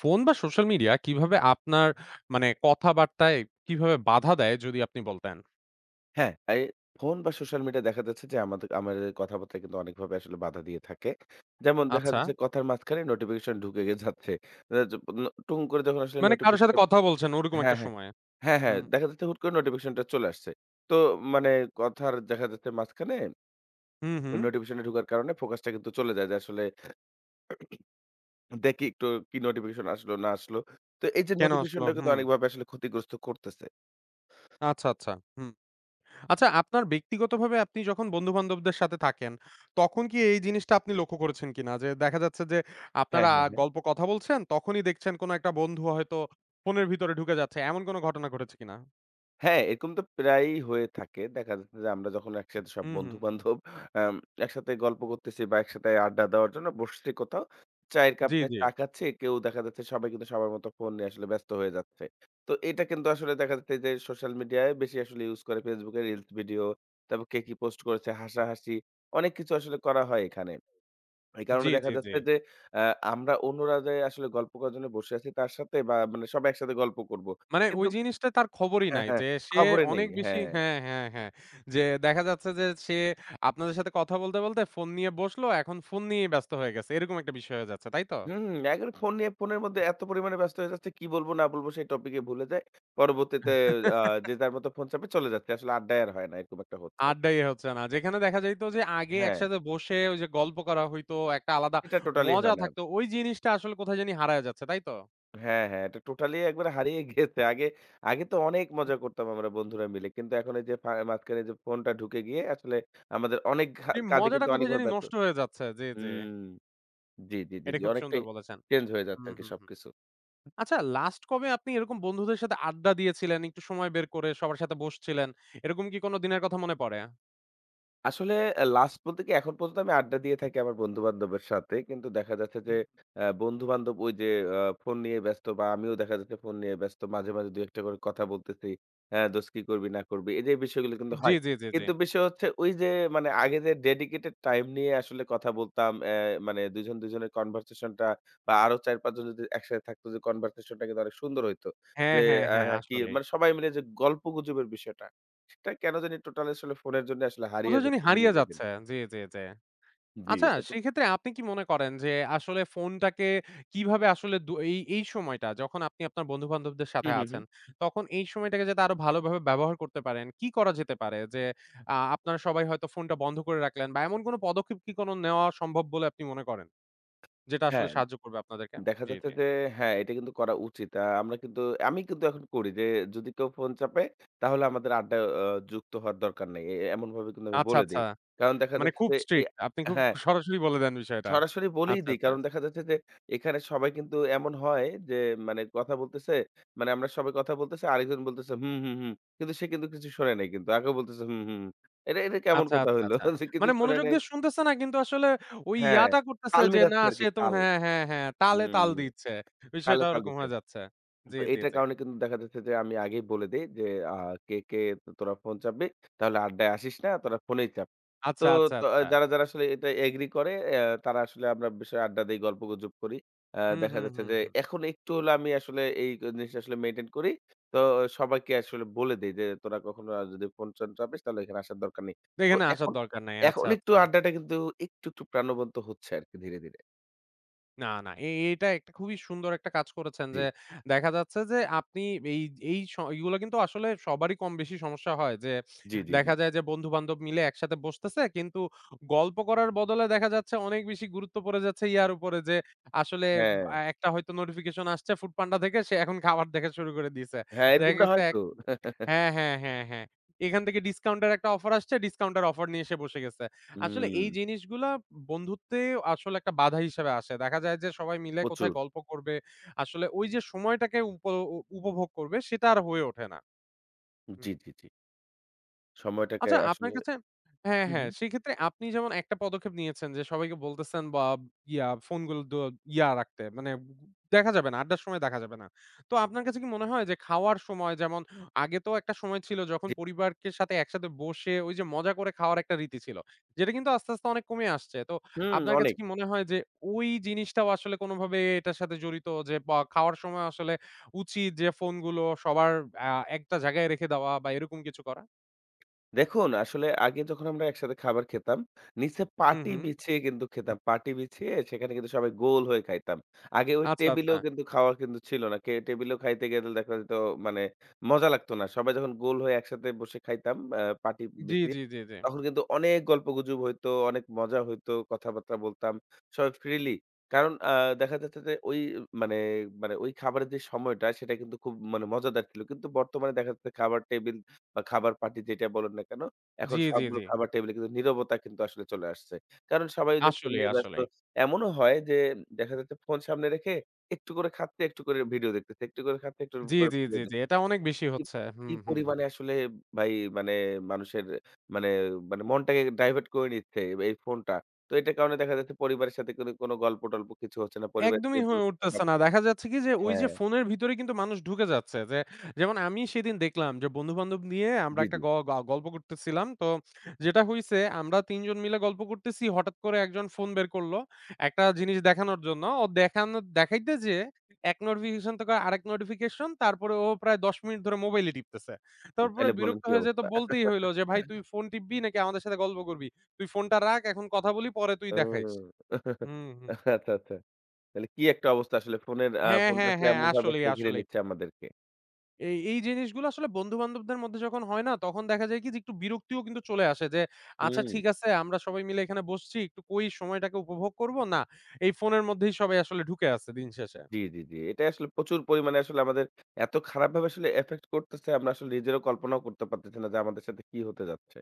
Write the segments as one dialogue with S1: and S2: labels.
S1: Phone বা social media কিভাবে আপনার মানে কথাবার্তায় কিভাবে বাধা দেয় যদি আপনি বলতেন?
S2: হ্যাঁ, এই ফোন বা সোশ্যাল মিডিয়া দেখা যাচ্ছে যে আমাদের আমাদের কথাবার্তায় কিন্তু অনেকভাবে আসলে বাধা দিয়ে থাকে। যেমন দেখা
S1: আচ্ছা।
S2: যাচ্ছে কথার মাঝখানে নোটিফিকেশন ঢুকে যাচ্ছে। দেখা যাচ্ছে টুং করে যখন আসলে
S1: মানে কারো সাথে
S2: নোটিফিকেশনটা
S1: কথা বলছেন ওরকম
S2: হ্যাঁ,
S1: একটা
S2: হ্যাঁ।
S1: সময়ে।
S2: হ্যাঁ, হ্যাঁ,
S1: হুম,
S2: দেখা যাচ্ছে হুট করে নোটিফিকেশনটা চলে আসছে। তো মানে কথার দেখা যাচ্ছে মাঝখানে
S1: হুম,
S2: ওই
S1: হুম।
S2: নোটিফিকেশনে ঢোকার কারণে ফোকাসটা কিন্তু চলে যায় যে আসলে দেখি একটু কি নোটিফিকেশন আসলো না আসলো। তো এই যে
S1: কেন আসলো?
S2: নোটিফিকেশনটা কিন্তু
S1: হুম।
S2: অনেকভাবে আসলে ক্ষতিগ্রস্ত করতেছে।
S1: আচ্ছা, আচ্ছা। হুম। আচ্ছা আপনার ব্যক্তিগতভাবে আপনি যখন বন্ধু-বান্ধবদের সাথে থাকেন, তখন কি এই জিনিসটা আপনি লক্ষ্য করেছেন কিনা? যে দেখা যাচ্ছে যে
S2: হ্যাঁ,
S1: আপনারা
S2: হ্যাঁ, হ্যাঁ।
S1: গল্প কথা বলছেন, তখনই দেখছেন কোন একটা বন্ধু হয়তো ফোনের ভিতরে ঢুকে যাচ্ছে। এমন কোন ঘটনা ঘটেছে কিনা?
S2: হ্যাঁ, এরকম তো প্রায়ই হয়ে থাকে। দেখা যাচ্ছে যে আমরা যখন একসাথে সব
S1: হুম, হুম।
S2: বন্ধু-বান্ধব আম একসাথে গল্প করতেছি বা একসাথে আড্ডা দেওয়ার জন্য বসছি কোথাও। চায়ের কাপ
S1: জি,
S2: নিয়ে
S1: জি।
S2: চা খাচ্ছি। কেউ দেখা যাচ্ছে সবাই কিন্তু সবার মতো ফোন নিয়ে আসলে ব্যস্ত হয়ে যাচ্ছে। তো এটা কিন্তু আসলে দেখা যাচ্ছে যে সোশ্যাল মিডিয়ায় বেশি আসলে ইউজ করে Facebook এ রিলস ভিডিও, তারপর কে কি পোস্ট করেছে, হাসাহাসি অনেক কিছু আসলে করা হয় এখানে। এই
S1: জি,
S2: কারণে দেখা
S1: জি, জি।
S2: যাচ্ছে যে আ আমরা অন্যরা যে আসলে গল্প করার জন্য বসে আছি তার সাথে বা মানে সবাই একসাথে গল্প করব।
S1: মানে ওই
S2: কিন্তু
S1: জিনিসটা তার খবরই
S2: হ্যাঁ,
S1: নাই
S2: হ্যাঁ।
S1: যে সে
S2: খবরে নেই।
S1: অনেক বেশি
S2: হ্যাঁ।
S1: হ্যাঁ, হ্যাঁ, হ্যাঁ। যে দেখা যাচ্ছে যে সে আপনাদের সাথে কথা বলতে, বলতে ফোন নিয়ে বসলো, এখন ফোন নিয়েই ব্যস্ত হয়ে গেছে। এরকম একটা বিষয় হয়ে যাচ্ছে, তাই তো?
S2: হুম, এখন ফোন নিয়ে ফোনের মধ্যে এত পরিমাণে ব্যস্ত হয়ে যাচ্ছে কি বলব না বলব সেই টপিকে ভুলে যায়। পরবর্তীতে আ যে যার মতো ফোন চাপে চলে যাচ্ছে। আসলে আড্ডায় আর হয় না। এরকম একটা হচ্ছে।
S1: আড্ডাই হচ্ছে না। যেখানে দেখা যাইত যে আগে
S2: হ্যাঁ,
S1: একসাথে বসে ওই যে গল্প করা হইতো, একটা আলাদা
S2: এটা টোটালি
S1: মজা
S2: হয় না।
S1: থাকতো। ওই জিনিসটা আসলে কোথায় জানি হারায় যাচ্ছে, তাই তো?
S2: হ্যাঁ, হ্যাঁ, এটা টোটালি একবারে হারিয়ে গেছে। আগে তো অনেক
S1: হুম,
S2: মজা করতাম আমরা বন্ধুরা মিলে। কিন্তু এখন এই যে মাঝখানে যে ফোনটা ঢুকে গিয়ে আসলে আমাদের অনেক
S1: এই
S2: কাজে
S1: মজাটা
S2: কিন্তু
S1: কোথায় জানি
S2: অনেকভাবে ব্যর্থ
S1: নষ্ট হয়ে যাচ্ছে। জি, জি।
S2: হুম। জি, জি, জি,
S1: এটা
S2: জি।
S1: খুব সুন্দর
S2: অনেকটাই
S1: বলেছেন।
S2: চেঞ্জ হয়ে যাচ্ছে
S1: হুম,
S2: আরকি
S1: হুম, হুম।
S2: সবকিছু।
S1: আচ্ছা লাস্ট কবে আপনি এরকম বন্ধুদের সাথে আড্ডা দিয়েছিলেন, একটু সময় বের করে সবার সাথে বসছিলেন, এরকম কি কোনো দিনের কথা মনে পড়ে?
S2: আসলে লাস্ট বলতে কি এখন পর্যন্ত আমি আড্ডা দিয়ে থাকি আমার বন্ধু-বান্ধবের সাথে। কিন্তু দেখা যাচ্ছে যে
S1: হুম,
S2: বন্ধু-বান্ধব ওই যে ফোন নিয়ে ব্যস্ত বা আমিও দেখা যাচ্ছে ফোন নিয়ে ব্যস্ত। মাঝে, মাঝে ২-১ টা করে কথা বলতেছি। হ্যাঁ, "দোস্ত কি করবি না করবি?" এই যে বিষয়গুলো কিন্তু
S1: জি,
S2: হয়।
S1: জি, জি, জি।
S2: কিন্তু বিষয় হচ্ছে ওই যে মানে আগে যে ডেডিকেটেড টাইম নিয়ে আসলে কথা বলতাম, মানে ২ জন ২ জনের কনভারসেশন টা বা আরো ৪-৫ জন যদি একসাথে থাকতো যে কনভারসেশন টা কিন্তু অনেক সুন্দর হইতো।
S1: হ্যাঁ,
S2: যে
S1: হ্যাঁ, হ্যাঁ,
S2: হ্যাঁ, কি
S1: আসলেই।
S2: মানে সবাই মিলে যে গল্পগুজবের বিষয়টা সেটা কেন জানি টোটাল আসলে ফোনের জন্য আসলে
S1: কোথায়
S2: হারিয়ে
S1: জানি
S2: যাচ্ছে দিনে
S1: হারিয়ে
S2: কে দিন।
S1: যাচ্ছে। জি, জি, জি।
S2: জি,
S1: আচ্ছা
S2: এটা তো
S1: সেক্ষেত্রে আপনি কি মনে করেন যে আসলে ফোনটাকে কিভাবে আসলে এই সময়টা যখন আপনি আপনার বন্ধু-বান্ধবদের সাথে
S2: হুম, হুম,
S1: আছেন,
S2: হুম।
S1: তখন এই সময়টাকে যাতে আরো ভালোভাবে ব্যবহার করতে পারেন, কি করা যেতে পারে? যে আ আপনারা সবাই হয়তো ফোনটা বন্ধ করে রাখলেন বা এমন কোনো পদক্ষেপ কি কোনো নেওয়া সম্ভব বলে আপনি মনে করেন? যেটা আসলে
S2: হ্যাঁ,
S1: সাহায্য করবে আপনাদেরকে।
S2: দেখা
S1: জি,
S2: যাচ্ছে
S1: জি।
S2: যে হ্যাঁ, এটা কিন্তু করা উচিত। আমরা কিন্তু আমি কিন্তু এখন করি যে যদি কেউ ফোন চাপে তাহলে আমাদের আড্ডায় যুক্ত হওয়ার দরকার নেই। এমনভাবে কিন্তু আমি
S1: আচ্ছা,
S2: বলে
S1: আচ্ছা।
S2: দেই। কারণ দেখা
S1: মানে
S2: যাচ্ছে
S1: খুব
S2: যে এই
S1: স্ট্রিক্ট। আপনি খুব
S2: হ্যাঁ।
S1: সরাসরি বলে দেন বিষয়টা।
S2: সরাসরি বলেই
S1: আচ্ছা,
S2: দেই।
S1: আচ্ছা।
S2: কারণ দেখা যাচ্ছে যে এখানে সবাই কিন্তু এমন হয় যে কথা বলতেছে মানে আমরা সবাই কথা বলতেছি আরেকজন বলতেছে হুম, হুম, হুম। কিন্তু সে কিন্তু কিছু শোনে নাই কিন্তু। আগেও বলতেছে হুম, হুম, হুম। এটা কেমন
S1: আচ্ছা,
S2: কথা
S1: আচ্ছা,
S2: হইলো?
S1: আচ্ছা।
S2: যে কিছু
S1: মানে
S2: শোনে
S1: মনোযোগ
S2: নাই
S1: দিয়ে শুনতেছে না কিন্তু আসলে ওই
S2: হ্যাঁ,
S1: ইয়াটা করতেছে
S2: তাল
S1: যে না
S2: মিলাচ্ছে আরকি
S1: সে তো
S2: তাল।
S1: হ্যাঁ, হ্যাঁ, হ্যাঁ। তালে তাল
S2: হুম,
S1: দিচ্ছে।
S2: তালে
S1: বিষয়টা
S2: তাল
S1: ওরকম
S2: দিতে।
S1: হয়ে যাচ্ছে। জি,
S2: তো
S1: জি,
S2: এটার
S1: জি।
S2: কারণে কিন্তু দেখা যাচ্ছে যে আমি আগেই বলে দেই যে আ কে তোরা ফোন চাপবি? তাহলে আড্ডায় আসিস না, তোরা ফোনেই চাপ।" তো
S1: আচ্ছা, আচ্ছা,
S2: তো
S1: আচ্ছা।
S2: যারা আসলে এটা এগ্রি করে তারা আসলে আমরা বিষয়ে আড্ডা দেই, গল্পগুজব করি।
S1: হুম,
S2: দেখা
S1: হুম,
S2: যাচ্ছে
S1: হুম,
S2: যে
S1: হুম।
S2: এখন একটু হলে আমি আসলে এই জিনিসটা আসলে মেইনটেইন করি। তো সবাইকে আসলে বলে দেই যে, "তোরা কখনো আর যদি ফোন-টোন চাপিস তাহলে এখানে আসার দরকার নেই।" তো
S1: এখানে আসার
S2: এখন
S1: দরকার নাই। আচ্ছা,
S2: এখন একটু
S1: আচ্ছা।
S2: আড্ডাটা কিন্তু একটু, একটু প্রাণবন্ত হচ্ছে আরকি ধীরে, ধীরে।
S1: না, না। এটা একটা খুবই সুন্দর একটা কাজ করেছেন
S2: জি,
S1: যে, দেখা যাচ্ছে যে আপনি এই এই স এইগুলা কিন্তু আসলে সবারই কম বেশি সমস্যা হয় যে,
S2: জি, জি, জি।
S1: দেখা যায় যে বন্ধু-বান্ধব মিলে একসাথে বসতেছে কিন্তু গল্প করার বদলে দেখা যাচ্ছে অনেক বেশি গুরুত্ব পড়ে যাচ্ছে ইয়ার উপরে যে আসলে
S2: হ্যাঁ,
S1: আ একটা হয়তো নোটিফিকেশন আসছে ফুড পান্ডা থেকে সে এখন খাবার দেখা শুরু করে দিছে।
S2: হ্যাঁ
S1: দেখা
S2: এরকমটা
S1: গেছে
S2: হয়
S1: এক
S2: তো।
S1: হ্যাঁ, হ্যাঁ, হ্যাঁ, হ্যাঁ। এখান থেকে ডিসকাউন্টের একটা অফার আসছে, ডিসকাউন্টের অফার নিয়ে এসে বসে গেছে। আসলে
S2: হুম,
S1: এই জিনিসগুলা বন্ধুত্বে আসলে একটা বাধা হিসেবে আসে। দেখা যায় যে সবাই মিলে কোথায়
S2: প্রচুর।
S1: গল্প করবে। আসলে ওই যে সময়টাকে উপভোগ করবে সেটা আর হয়ে ওঠে না। হুম।
S2: জি, জি, জি। সময়টাকে
S1: আচ্ছা আপনার
S2: আসলে
S1: কাছে হ্যাঁ,
S2: হুম,
S1: হ্যাঁ।
S2: হুম।
S1: সেক্ষেত্রে আপনি যেমন একটা পদক্ষেপ নিয়েছেন যে সবাইকে বলতেছেন বা ইয়া ফোনগুলো ইয়া রাখতে মানে দেখা যাবে না, আড্ডার সময় দেখা যাবে না। তো আপনার কাছে কি মনে হয় যে খাওয়ার সময় যেমন আগে তো একটা সময় ছিল যখন
S2: জি,
S1: পরিবারকে সাথে একসাথে বসে ওই যে মজা করে খাওয়ার একটা রীতি ছিল। যেটা কিন্তু আস্তে, আস্তে অনেক কমে আসছে। তো
S2: হুম,
S1: আপনার কাছে
S2: অনেক।
S1: কি মনে হয় যে ওই জিনিসটাও আসলে কোনোভাবে এটার সাথে জড়িত যে খাওয়ার সময় আসলে উচিত যে ফোনগুলো সবার আ একটা জায়গায় রেখে দেওয়া বা এরকম কিছু করা?
S2: দেখুন, আসলে আগে যখন আমরা একসাথে খাবার খেতাম, নিচে
S1: হু,
S2: পাটি
S1: হু।
S2: বিছিয়ে কিন্তু খেতাম। পাটি বিছিয়ে সেখানে কিন্তু সবাই গোল হয়ে খাইতাম। আগে ওই
S1: আচ্ছা, আচ্ছা।
S2: টেবিলেও কিন্তু খাওয়া কিন্তু ছিল না। কে টেবিলেও খাইতে গেলে দেখা যেত মানে মজা লাগতো না। সবাই যখন গোল হয়ে একসাথে বসে খাইতাম পাটি
S1: জি,
S2: বিছিয়ে,
S1: জি, জি, জি।
S2: তখন কিন্তু অনেক গল্পগুজব হইতো, অনেক মজা হইতো, কথাবার্তা বলতাম, সবাই ফ্রিলি। কারণ দেখা যাচ্ছে যে ওই মানে, মানে ওই খাবারের যে সময়টা সেটা কিন্তু খুব মানে মজাদার ছিল। কিন্তু বর্তমানে দেখা যাচ্ছে খাবার টেবিল বা খাবার পার্টি যেটা বলেন না কেন, এখন
S1: জি, জি,
S2: সবগুলো
S1: জি।
S2: খাবার টেবিলে কিন্তু নীরবতা কিন্তু আসলে চলে আসছে। কারণ সবাই ওই যে ফোন
S1: আসলেই,
S2: নিয়ে ব্যস্ত।
S1: আসলেই।
S2: এমনও হয় যে দেখা যাচ্ছে ফোন সামনে রেখে একটু করে খাচ্ছে, একটু করে ভিডিও দেখতেছে, একটু করে খাচ্ছে, একটু
S1: জি,
S2: করে
S1: জি,
S2: ভিডিও
S1: জি, জি।
S2: দেখতেছে।
S1: এটা অনেক বেশি
S2: কি,
S1: হচ্ছে।
S2: কি
S1: হুম, হুম।
S2: পরিমাণে আসলে ভাই মানে মানুষের মানে, মানে মনটাকে ডাইভার্ট করে নিচ্ছে এই ফোনটা। তো এটার কারণে দেখা যাচ্ছে পরিবারের সাথে কোনো গল্প-টল্প কিছু হচ্ছে না। পরিবার থেকে
S1: একদমই হয়ে
S2: দূরত্বটা
S1: উঠতেছে না।
S2: বাড়তেছে।
S1: দেখা যাচ্ছে কি যে ওই যে
S2: হ্যাঁ,
S1: ফোনের ভিতরে কিন্তু মানুষ ঢুকে যাচ্ছে। যে যেমন আমি সেদিন দেখলাম যে বন্ধু-বান্ধব নিয়ে আমরা
S2: জি,
S1: একটা
S2: জি।
S1: গ গ গল্প করতেছিলাম। তো যেটা হইছে আমরা ৩ জন মিলে গল্প করতেছি। হঠাৎ করে একজন ফোন বের করলো। একটা জিনিস দেখানোর জন্য। ও দেখানো দেখাইতে যেয়ে এক নোটিফিকেশন থেকে আরেক নোটিফিকেশন তারপরে ও প্রায় ১০ মিনিট ধরে মোবাইলই টিপতেছে। তারপরে
S2: তাইলে বলেন
S1: বিরক্ত
S2: কি
S1: হয়ে যেয়ে তো
S2: অবস্থা?
S1: বলতেই হইলো যে, "ভাই তুই ফোন টিপবি নাকি আমাদের সাথে গল্প করবি? তুই ফোনটা রাখ এখন কথা বলি পরে তুই দেখাইস।"
S2: ও
S1: হুম, হুম।
S2: আচ্ছা, আচ্ছা। তাহলে কি একটা অবস্থা আসলে ফোনের আ
S1: হ্যাঁ,
S2: ফোনটা
S1: হ্যাঁ,
S2: আসলে
S1: হ্যাঁ।
S2: এমনভাবে
S1: আসলেই,
S2: আসলে ঘিরে
S1: আসলেই।
S2: নিচ্ছে আমাদেরকে।
S1: এই জিনিসগুলো আসলে বন্ধু-বান্ধবদের মধ্যে যখন হয় না, তখন দেখা যায় কি যে একটু বিরক্তিও কিন্তু চলে আসে যে, আচ্ছা
S2: হুম,
S1: ঠিক আছে আমরা সবাই মিলে এখানে বসছি, একটু কই সময়টাকে উপভোগ করব? না, এই ফোনের মধ্যেই সবাই আসলে ঢুকে আছে দিন শেষে।
S2: জি, জি, জি। এটা আসলে প্রচুর পরিমাণে আসলে আমাদের এত খারাপভাবে আসলে এফেক্ট করতেছে আমরা আসলে নিজেরাও কল্পনাও করতে পারতেছি না যে আমাদের সাথে কি হতে যাচ্ছে।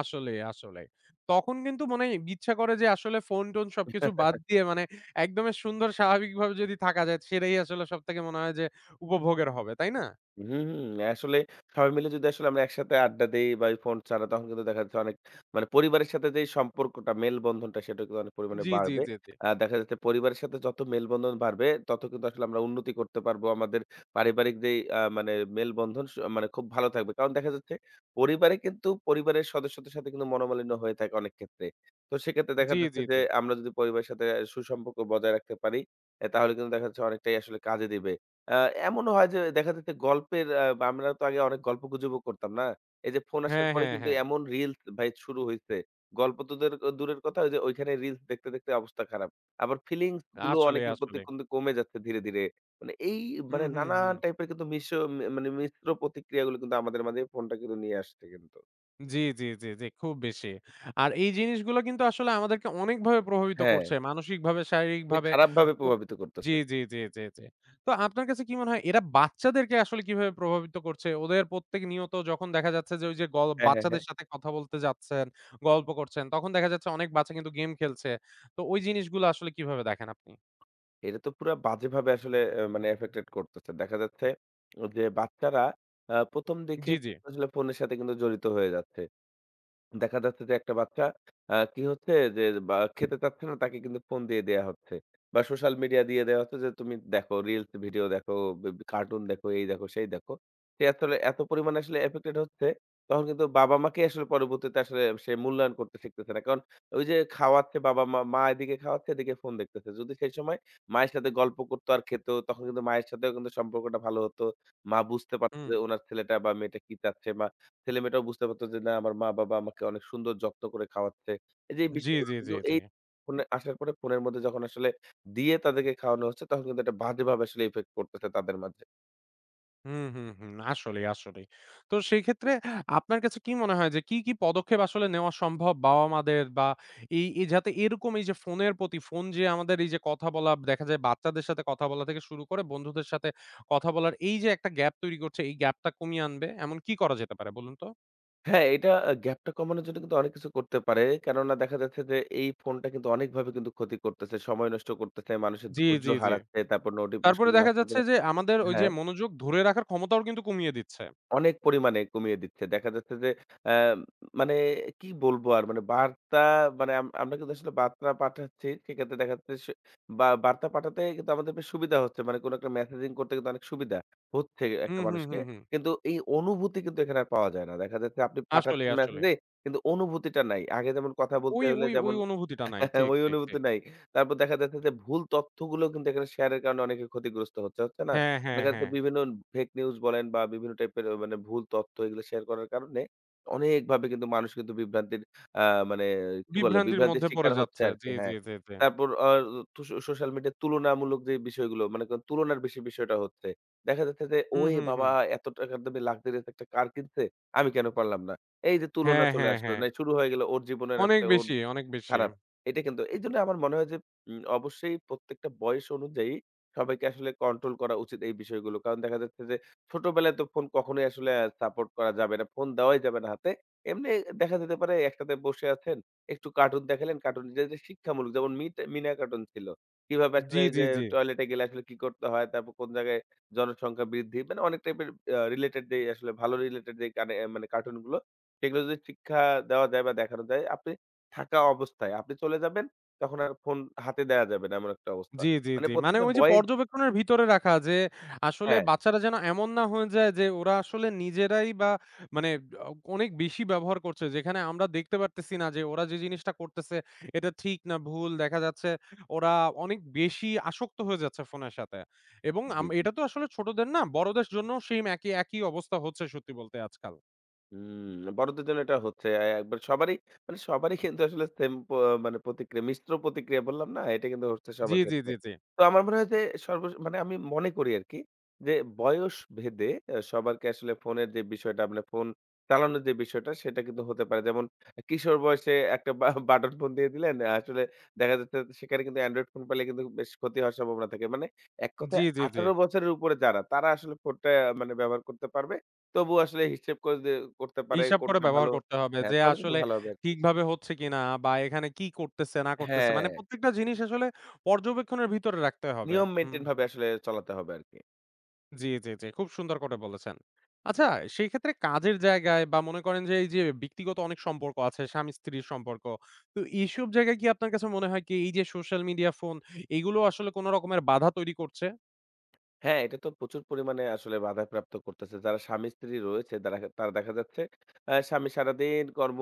S1: আসলেই, আসলেই। তখন কিন্তু মনে ইচ্ছা করে যে আসলে ফোন-টোন সবকিছু বাদ দিয়ে মানে একদমই সুন্দর স্বাভাবিকভাবে যদি থাকা যায়, সেটাই আসলে সবথেকে মনে হয় যে উপভোগের হবে, তাই না?
S2: হুম, হুম। আসলে সবাই মিলে যদি আসলে আমরা একসাথে আড্ডা দেই বা এই ফোন ছাড়া তখন কিন্তু দেখা যাচ্ছে অনেক মানে পরিবারের সাথে যে সম্পর্কটা মেলবন্ধনটা সেটা কিন্তু অনেক পরিমাণে
S1: জি, জি,
S2: বাড়বে।
S1: জি, জি।
S2: দেখা যাচ্ছে পরিবারের সাথে যত মেলবন্ধন বাড়বে তত কিন্তু আসলে আমরা উন্নতি করতে পারবো। আমাদের পারিবারিক যেই মানে মেলবন্ধন মানে খুব ভালো থাকবে। কারণ দেখা যাচ্ছে পরিবারে কিন্তু পরিবারের সদস্যদের সাথে কিন্তু মনোমালিন্য হয়ে থাকে অনেক ক্ষেত্রে। তো সেক্ষেত্রে দেখা
S1: জি,
S2: যাচ্ছে
S1: জি,
S2: যে
S1: জি।
S2: আমরা যদি পরিবারের সাথে সুসম্পর্ক বজায় রাখতে পারি, তাহলে কিন্তু দেখা যাচ্ছে অনেকটাই আসলে কাজে দিবে। আ এমনও হয় যে দেখা যেত গল্পের আ আমরা তো আগে অনেক গল্পগুজবও করতাম না? এই যে ফোন আসার
S1: হ্যাঁ,
S2: পরে
S1: হ্যাঁ,
S2: কিন্তু
S1: হ্যাঁ।
S2: এমন রিলস ভাই শুরু হইছে। গল্প তো দূরের দূরের কথা ওই যে ওইখানে রিলস দেখতে, দেখতে অবস্থা খারাপ। আবার ফিলিংস গুলো
S1: আসলেই,
S2: অনেকের প্রতি
S1: আসলেই।
S2: কিন্তু কমে যাচ্ছে ধীরে, ধীরে। মানে এই
S1: হুম,
S2: মানে
S1: হুম, হুম।
S2: নানান টাইপের কিন্তু মিশ্র মানে মিশ্র প্রতিক্রিয়াগুলো কিন্তু আমাদের মাঝে ফোনটা কিন্তু নিয়ে আসছে কিন্তু।
S1: জি, জি, জি, জি, খুব বেশি। আর এই জিনিসগুলো কিন্তু আসলে আমাদেরকে অনেকভাবে প্রভাবিত
S2: হ্যাঁ,
S1: করছে। মানসিকভাবে,
S2: খুবই
S1: শারীরিকভাবে।
S2: খারাপভাবে
S1: তো
S2: প্রভাবিত
S1: জি,
S2: করতেছে।
S1: জি, জি, জি, জি। তো আপনার কাছে কি মনে হয় এরা বাচ্চাদেরকে আসলে কিভাবে প্রভাবিত করছে? ওদের প্রত্যেক নিয়ত যখন দেখা যাচ্ছে যে ওই যে
S2: হ্যাঁ, হ্যাঁ,
S1: বাচ্চাদের
S2: হ্যাঁ।
S1: সাথে কথা বলতে যাচ্ছেন, গল্প করছেন, তখন দেখা যাচ্ছে অনেক বাচ্চা কিন্তু গেম খেলছে। তো ওই জিনিসগুলো আসলে কিভাবে দেখেন আপনি?
S2: এটা তো পুরা বাজেভাবে আসলে মানে এফেক্টেড করতেছে। দেখা যাচ্ছে যে বাচ্চারা ১ম
S1: জি,
S2: দেখেই
S1: জি।
S2: আসলে ফোনের সাথে কিন্তু জড়িত হয়ে যাচ্ছে। দেখা যাচ্ছে যে একটা বাচ্চা আ কি হচ্ছে যে বা খেতে চাচ্ছে না তাকে কিন্তু ফোন দিয়ে দেয়া হচ্ছে। বা সোশ্যাল মিডিয়া দিয়ে দেয়া হচ্ছে যে তুমি দেখো রিলস ভিডিও দেখো, বে বে কার্টুন দেখো, এই দেখো, সেই দেখো। সে আসলে এত পরিমাণে আসলে এফেক্টেড হচ্ছে তখন কিন্তু বাবা-মাকে আসলে পরবর্তীতে আসলে সে মূল্যায়ন করতে শিখতেছে না। কারণ ওই যে খাওয়াচ্ছে বাবা-মা, মা মা এদিকে খাওয়াচ্ছে এদিকে ফোন দেখতেছে। যদি সেই সময় মায়ের সাথে গল্প করতো আর খেত তখন কিন্তু মায়ের সাথেও কিন্তু সম্পর্কটা ভালো হতো। মা বুঝতে পারত
S1: হুম।
S2: যে উনার ছেলেটা বা মেয়েটা কি চাচ্ছে বা ছেলেমেয়েটাও বুঝতে পারত যে, না আমার মা-বাবা আমাকে অনেক সুন্দর যত্ন করে খাওয়াচ্ছে। এই যে এই
S1: জি,
S2: বিষয়গুলো
S1: জি, জি,
S2: কিন্তু
S1: জি।
S2: এই ফোনে আসার পরে ফোনের মধ্যে যখন আসলে দিয়ে তাদেরকে খাওয়ানো হচ্ছে, তখন কিন্তু একটা বাজেভাবে আসলে ইফেক্ট পড়তেছে তাদের মাঝে।
S1: হুম, হুম, হুম। আসলেই, আসলেই। তো সেক্ষেত্রে আপনার কাছে কি মনে হয় যে কি পদক্ষেপ আসলে নেওয়া সম্ভব বাবা-মাদের বা এই যাতে এরকম এই যে ফোনের প্রতি ফোন যে আমাদের এই যে কথা বলা দেখা যায় বাচ্চাদের সাথে কথা বলা থেকে শুরু করে বন্ধুদের সাথে কথা বলার এই যে একটা গ্যাপ তৈরি করছে এই গ্যাপটা কমিয়ে আনবে এমন কি করা যেতে পারে বলুন তো?
S2: হ্যাঁ, এটা আ গ্যাপটা কমানোর জন্য কিন্তু অনেক কিছু করতে পারে। কেননা দেখা যাচ্ছে যে এই ফোনটা কিন্তু অনেকভাবে কিন্তু ক্ষতি করতেছে। সময় নষ্ট করতেছে, মানুষের
S1: জি,
S2: ধৈর্য
S1: জি, জি।
S2: হারাচ্ছে। তারপর নোটিফিকেশন
S1: তারপরে
S2: গুলো
S1: দেখা
S2: আসার
S1: যাচ্ছে
S2: পরে
S1: যে আমাদের ওই যে
S2: হ্যাঁ।
S1: মনোযোগ ধরে রাখার ক্ষমতাও কিন্তু কমিয়ে দিচ্ছে।
S2: অনেক পরিমাণে কমিয়ে দিচ্ছে। দেখা যাচ্ছে যে অ্যা মানে কি বলবো আর মানে বার্তা মানে আমরা কিন্তু আসলে বার্তা পাঠাচ্ছি। সেক্ষেত্রে দেখা যাচ্ছে সে বা বার্তা পাঠাতে কিন্তু আমাদের বেশ সুবিধা হচ্ছে। মানে কোন একটা মেসেজিং করতে কিন্তু অনেক সুবিধা হচ্ছে
S1: হুম,
S2: একটা
S1: হুম,
S2: মানুষকে।
S1: হুম, হুম।
S2: কিন্তু এই অনুভূতি কিন্তু এখানে আর পাওয়া যায় না। দেখা যাচ্ছে আপনি
S1: আসলেই,
S2: পাঠাচ্ছেন
S1: আসলেই।
S2: মেসেজে কিন্তু অনুভূতিটা নাই। আগে যেমন কথা বলতে
S1: ওই,
S2: হলে
S1: ওই, ওই
S2: যেমন
S1: অনুভূতিটা নাই। ঠিক,
S2: ওই
S1: ঠিক,
S2: অনুভূতি
S1: ঠিক।
S2: নাই। তারপর দেখা যাচ্ছে যে ভুল তথ্যগুলো কিন্তু এখানে শেয়ারের কারণে অনেকে ক্ষতিগ্রস্ত হচ্ছে, হচ্ছে না?
S1: হ্যাঁ, হ্যাঁ,
S2: দেখা যাচ্ছে
S1: হ্যাঁ।
S2: বিভিন্ন ফেক নিউজ বলেন বা বিভিন্ন টাইপের মানে ভুল তথ্য এগুলো শেয়ার করার কারণে অনেকভাবে কিন্তু মানুষ কিন্তু বিভ্রান্তির আ মানে কি বলে?
S1: বিভ্রান্তির
S2: বিভ্রান্তির
S1: মধ্যে পড়ে
S2: শিকার হচ্ছে
S1: যাচ্ছে।
S2: আরকি।
S1: জি, জি,
S2: হ্যাঁ।
S1: জি, জি।
S2: তারপর আ তো সোশ্যাল মিডিয়ায় তুলনামূলক যে বিষয়গুলো মানে তুলনার বেশি বিষয়টা হচ্ছে। দেখা যাচ্ছে যে,
S1: হুম,
S2: "ওই
S1: হুম,
S2: বাবা!
S1: হুম।
S2: এত টাকার দামি লাক্সারিয়াস একটা কার কিনছে, আমি কেন পারলাম না?" এই যে তুলনা
S1: হ্যাঁ,
S2: চলে
S1: হ্যাঁ,
S2: আসলো।
S1: হ্যাঁ।
S2: না শুরু হয়ে গেল ওর জীবনের
S1: অনেক
S2: আসলে ওর
S1: বেশি, অনেক বেশি।
S2: খারাপ। এটা কিন্তু এইজন্য আমার মনে হয় যে অবশ্যই প্রত্যেকটা বয়স অনুযায়ী সবাইকে আসলে কন্ট্রোল করা উচিত এই বিষয়গুলো। কারণ দেখা যাচ্ছে যে ছোটবেলায় তো ফোন কখনোই আসলে সাপোর্ট করা যাবে না। ফোন দেওয়াই যাবে না হাতে। এমনি দেখা যেতে পারে একসাথে বসে আছেন, একটু কার্টুন দেখালেন, যে শিক্ষামূলক যেমন মিট মিনা কার্টুন ছিল। কিভাবে আসলে
S1: জি,
S2: ওই
S1: জি,
S2: যে
S1: জি।
S2: টয়লেটে গেলে আসলে কি করতে হয়? তারপর কোন জায়গায় জনসংখ্যা বৃদ্ধি মানে অনেক টাইপের রিলেটেড যেই আসলে ভালো রিলেটেড যেই কানে মানে কার্টুনগুলো সেগুলো যদি শিক্ষা দেওয়া যায় বা দেখানো যায় আপনি থাকা অবস্থায় আপনি চলে যাবেন, তখন আর ফোন হাতে দেয়া যাবে না এমন একটা অবস্থা।
S1: জি, জি,
S2: মানে
S1: জি। মানে
S2: প্রত্যেকটা
S1: ওই যে
S2: ভয়েস
S1: পর্যবেক্ষণের ভিতরে রাখা যে আসলে
S2: হ্যাঁ,
S1: বাচ্চারা যেন এমন না হয়ে যায় যে ওরা আসলে নিজেরাই বা মানে অনেক বেশি ব্যবহার করছে। যেখানে আমরা দেখতে পারতেছি না যে ওরা যে জিনিসটা করতেছে এটা ঠিক না ভুল। দেখা যাচ্ছে ওরা অনেক বেশি আসক্ত হয়ে যাচ্ছে ফোনের সাথে। এবং
S2: জি,
S1: আম
S2: জি।
S1: এটা তো আসলে ছোটদের না বড়দের জন্যও সেইম একই, একই অবস্থা হচ্ছে সত্যি বলতে আজকাল।
S2: হুম, বড়দের জন্য এটা হচ্ছে। একবার সবারই মানে সবারই কিন্তু আসলে সেম প মানে প্রতিক্রিয়া, মিশ্র প্রতিক্রিয়া বললাম না? এটা কিন্তু হচ্ছে
S1: জি,
S2: সবার
S1: জি,
S2: ক্ষেত্রে।
S1: জি, জি।
S2: তো আমার মনে হয় যে মানে আমি মনে করি আরকি যে বয়স ভেদে সবারকে আসলে ফোনের যে বিষয়টা মানে ফোন চালানোর যে বিষয়টা সেটা কিন্তু হতে পারে। যেমন কিশোর বয়সে একটা বা বাটন ফোন দিয়ে দিলেন। আসলে দেখা যাচ্ছে সেখানে কিন্তু অ্যান্ড্রয়েড ফোন পেলে কিন্তু বেশ ক্ষতি হওয়ার সম্ভাবনা থাকে। মানে এক কথায়
S1: জি, জি, জি।
S2: ১৮ বছরের উপরে যারা তারা আসলে ফোনটা মানে ব্যবহার করতে পারবে। তবু আসলে হিসেব করে দে করতে পারে
S1: হিসাব করে
S2: কোনটা
S1: ব্যবহার
S2: ভালো
S1: করতে হবে
S2: হ্যাঁ,
S1: যে
S2: তাহলে কিন্তু
S1: আসলে
S2: ভালো হবে আরকি।
S1: ঠিকভাবে হচ্ছে কিনা বা এখানে কি করতেছে না করতেছে। মানে
S2: হ্যাঁ,
S1: প্রত্যেকটা জিনিস আসলে পর্যবেক্ষণের ভিতরে রাখতে হবে।
S2: নিয়ম
S1: হুম।
S2: মেইনটেইন ভাবে আসলে চলাতে হবে আরকি।
S1: জি, জি, জি। খুব সুন্দর করে বলেছেন। আচ্ছা সেই ক্ষেত্রে কাজের জায়গায় বা মনে করেন যে এই যে ব্যক্তিগত অনেক সম্পর্ক আছে, স্বামী-স্ত্রীর সম্পর্ক। তো এইসব জায়গায় কি আপনার কাছে মনে হয় কি এই যে সোশ্যাল মিডিয়া, ফোন এগুলো আসলে কোন রকমের বাধা তৈরি করছে?
S2: হ্যাঁ, এটা তো প্রচুর পরিমাণে আসলে বাধাপ্রাপ্ত করতেছে। যারা স্বামী-স্ত্রী রয়েছে তারা তারা দেখা যাচ্ছে স্বামী সারাদিন কর্ম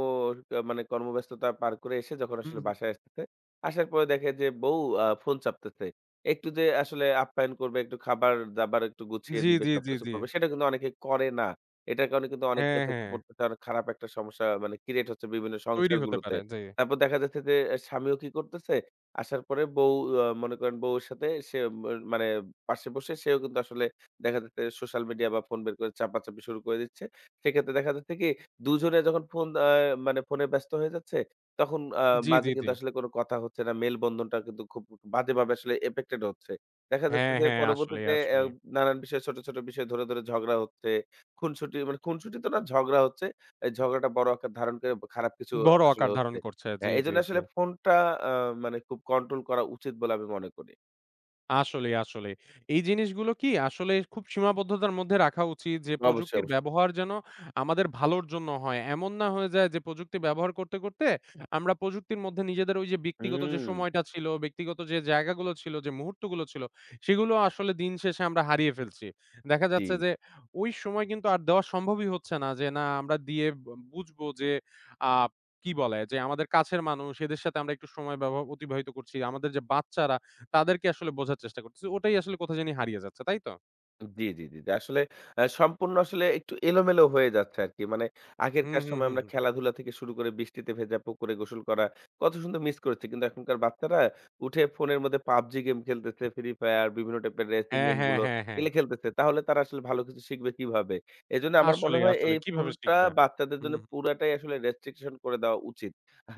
S2: মানে কর্মব্যস্ততা পার করে এসে যখন
S1: হুম,
S2: আসলে
S1: হুম।
S2: বাসায় আসতেছে, আসার পরে দেখে যে বউ ফোন চাপতেছে। একটু যে আসলে আপ্যায়ন করবে, একটু খাবার-দাবার একটু গুছিয়ে
S1: জি,
S2: দিবে,
S1: জি, জি,
S2: সবকিছু
S1: জি।
S2: করবে সেটা কিন্তু অনেকে করে না। এটার কারণে কিন্তু অনেক
S1: হ্যাঁ,
S2: ইফেক্ট
S1: হ্যাঁ।
S2: পড়তেছে, অনেক খারাপ একটা সমস্যা মানে ক্রিয়েট হচ্ছে বিভিন্ন
S1: তৈরি হতে
S2: সংসারগুলোতে।
S1: পারে। জি।
S2: তারপর দেখা যাচ্ছে যে আহ, স্বামীও কি করতেছে? আসার পরে বউ আ মনে করেন বউয়ের সাথে সে মানে পাশে বসে সেও কিন্তু আসলে দেখা যাচ্ছে সোশ্যাল মিডিয়া বা ফোন বের করে চাপাচাপি শুরু করে দিচ্ছে। সেক্ষেত্রে দেখা যাচ্ছে কি দুজনে যখন ফোন আ মানে ফোনে ব্যস্ত হয়ে যাচ্ছে তখন
S1: জি,
S2: মাঝে
S1: জি, জি।
S2: কিন্তু আসলে কোনো কথা হচ্ছে না। মেলবন্ধনটা কিন্তু খুব বাজেভাবে আসলে এফেক্টেড হচ্ছে। দেখা যাচ্ছে
S1: হ্যাঁ,
S2: যে
S1: হ্যাঁ। আসলেই,
S2: পরবর্তীতে
S1: আসলেই।
S2: নানান বিষয়ে ছোট, ছোট বিষয় ধরে, ধরে ঝগড়া হচ্ছে। খুনসুটি তো না ঝগড়া হচ্ছে। এই ঝগড়াটা বড় আকার ধারণ করে খারাপ কিছু
S1: বড়
S2: আসলে
S1: আকার ধারণ
S2: হচ্ছে।
S1: করছে। জি,
S2: হ্যাঁ,
S1: জি,
S2: এজন্য
S1: জি।
S2: আসলে ফোনটা আ মানে খুব কন্ট্রোল করা উচিত বলে আমি মনে করি।
S1: আসলেই, আসলেই। এই জিনিসগুলো কি আসলে খুব সীমাবদ্ধতার মধ্যে রাখা উচিত যে
S2: অবশ্যই,
S1: প্রযুক্তির
S2: অবশ্যই।
S1: ব্যবহার যেন আমাদের ভালোর জন্য হয়। এমন না হয়ে যায় যে প্রযুক্তি ব্যবহার করতে, করতে আমরা প্রযুক্তির মধ্যে নিজেদের ওই যে ব্যক্তিগত যে
S2: হুম,
S1: সময়টা ছিল, ব্যক্তিগত যে জায়গাগুলো ছিল, যে মুহূর্তগুলো ছিল সেগুলো আসলে দিন শেষে আমরা হারিয়ে ফেলছি। দেখা
S2: জি,
S1: যাচ্ছে যে ওই সময় কিন্তু আর দেওয়া সম্ভবই হচ্ছে না যে না আমরা দিয়ে বুঝবো যে আ কি বলে যে আমাদের কাছের মানুষ এদের সাথে আমরা একটু সময় অতিবাহিত করছি। আমাদের যে বাচ্চারা তাদেরকে আসলে বোঝার চেষ্টা করতেছি। ওটাই আসলে কোথায় জানি হারিয়ে যাচ্ছে, তাই তো?
S2: জি, জি, জি, জি। আসলে সম্পূর্ণ আসলে একটু এলোমেলো হয়ে যাচ্ছে আরকি। মানে
S1: হুম,
S2: আগেরকার
S1: হুম,
S2: সময়
S1: হুম,
S2: আমরা
S1: হুম।
S2: খেলাধুলা থেকে শুরু করে বৃষ্টিতে ভেজা পুকুরে গোসল করা কত সুন্দর মিস করেছি। কিন্তু এখনকার বাচ্চারা উঠে ফোনের মধ্যে PUBG গেম খেলতেছে, Free Fire বিভিন্ন টাইপের রেসিং
S1: হ্যাঁ,
S2: গেম
S1: হ্যাঁ,
S2: গুলো
S1: হ্যাঁ, হ্যাঁ।
S2: এগুলো খেলতেছে। তাহলে তারা আসলে ভালো কিছু শিখবে কিভাবে? এজন্য আমার মনে
S1: আসলেই,
S2: হয় এই
S1: আসলেই। কিভাবে
S2: ফোনটা
S1: শিখবে?
S2: বাচ্চাদের
S1: হুম,
S2: জন্য
S1: হুম।
S2: পুরাটাই আসলে রেস্ট্রিকশন করে দেওয়া উচিত।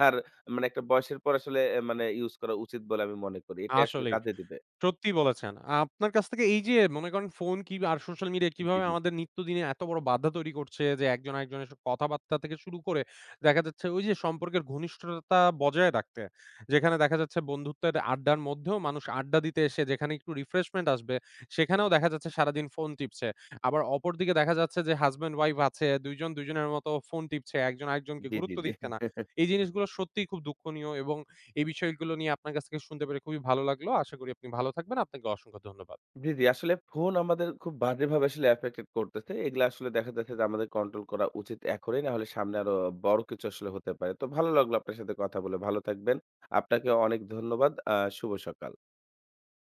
S2: আর মানে একটা বয়সের পর আসলে মানে ইউস করা উচিত বলে আমি মনে করি। এটাই আসলে
S1: আসলেই।
S2: কাজে দিবে।
S1: সত্যিই বলেছেন। আপনার কাছ থেকে এই যে মনে করেন ফোন কি আর সোশ্যাল মিডিয়া
S2: জি,
S1: কিভাবে
S2: জি,
S1: আমাদের নিত্যদিনে এত বড় বাধা তৈরি করছে যে একজন আরেকজনের স কথাবার্তা থেকে শুরু করে দেখা যাচ্ছে ওই যে সম্পর্কের ঘনিষ্ঠতা বজায় রাখতে। যেখানে দেখা যাচ্ছে বন্ধুত্বের আড্ডার মধ্যেও মানুষ আড্ডা দিতে এসে যেখানে একটু রিফ্রেশমেন্ট আসবে সেখানেও দেখা যাচ্ছে সারাদিন ফোন টিপছে। আবার অপরদিকে দেখা যাচ্ছে যে হাসব্যান্ড ওয়াইফ আছে ২ জন ২ জনের মতো ফোন টিপছে। একজন আরেকজনকে
S2: জি, জি,
S1: গুরুত্ব
S2: জি।
S1: দিচ্ছে না। এই জিনিসগুলো সত্যিই খুব দুঃখনীয় এবং এই বিষয়গুলো নিয়ে আপনার কাছ থেকে শুনতে পেরে খুবই ভালো লাগলো। আশা করি আপনি ভালো থাকবেন। আপনাকে অসংখ্য ধন্যবাদ।
S2: জি, জি। আসলে ফোন আমাদের খুব বাজেভাবে আসলে এফেক্টেড করতেছে। এগুলা আসলে দেখা যাচ্ছে যে আমাদের কন্ট্রোল করা উচিত এখনই। না হলে সামনে আরো বড় কিছু আসলে হতে পারে। তো ভালো লাগলো আপনার সাথে কথা বলে। ভালো থাকবেন। আপনাকে অনেক ধন্যবাদ। শুভ সকাল।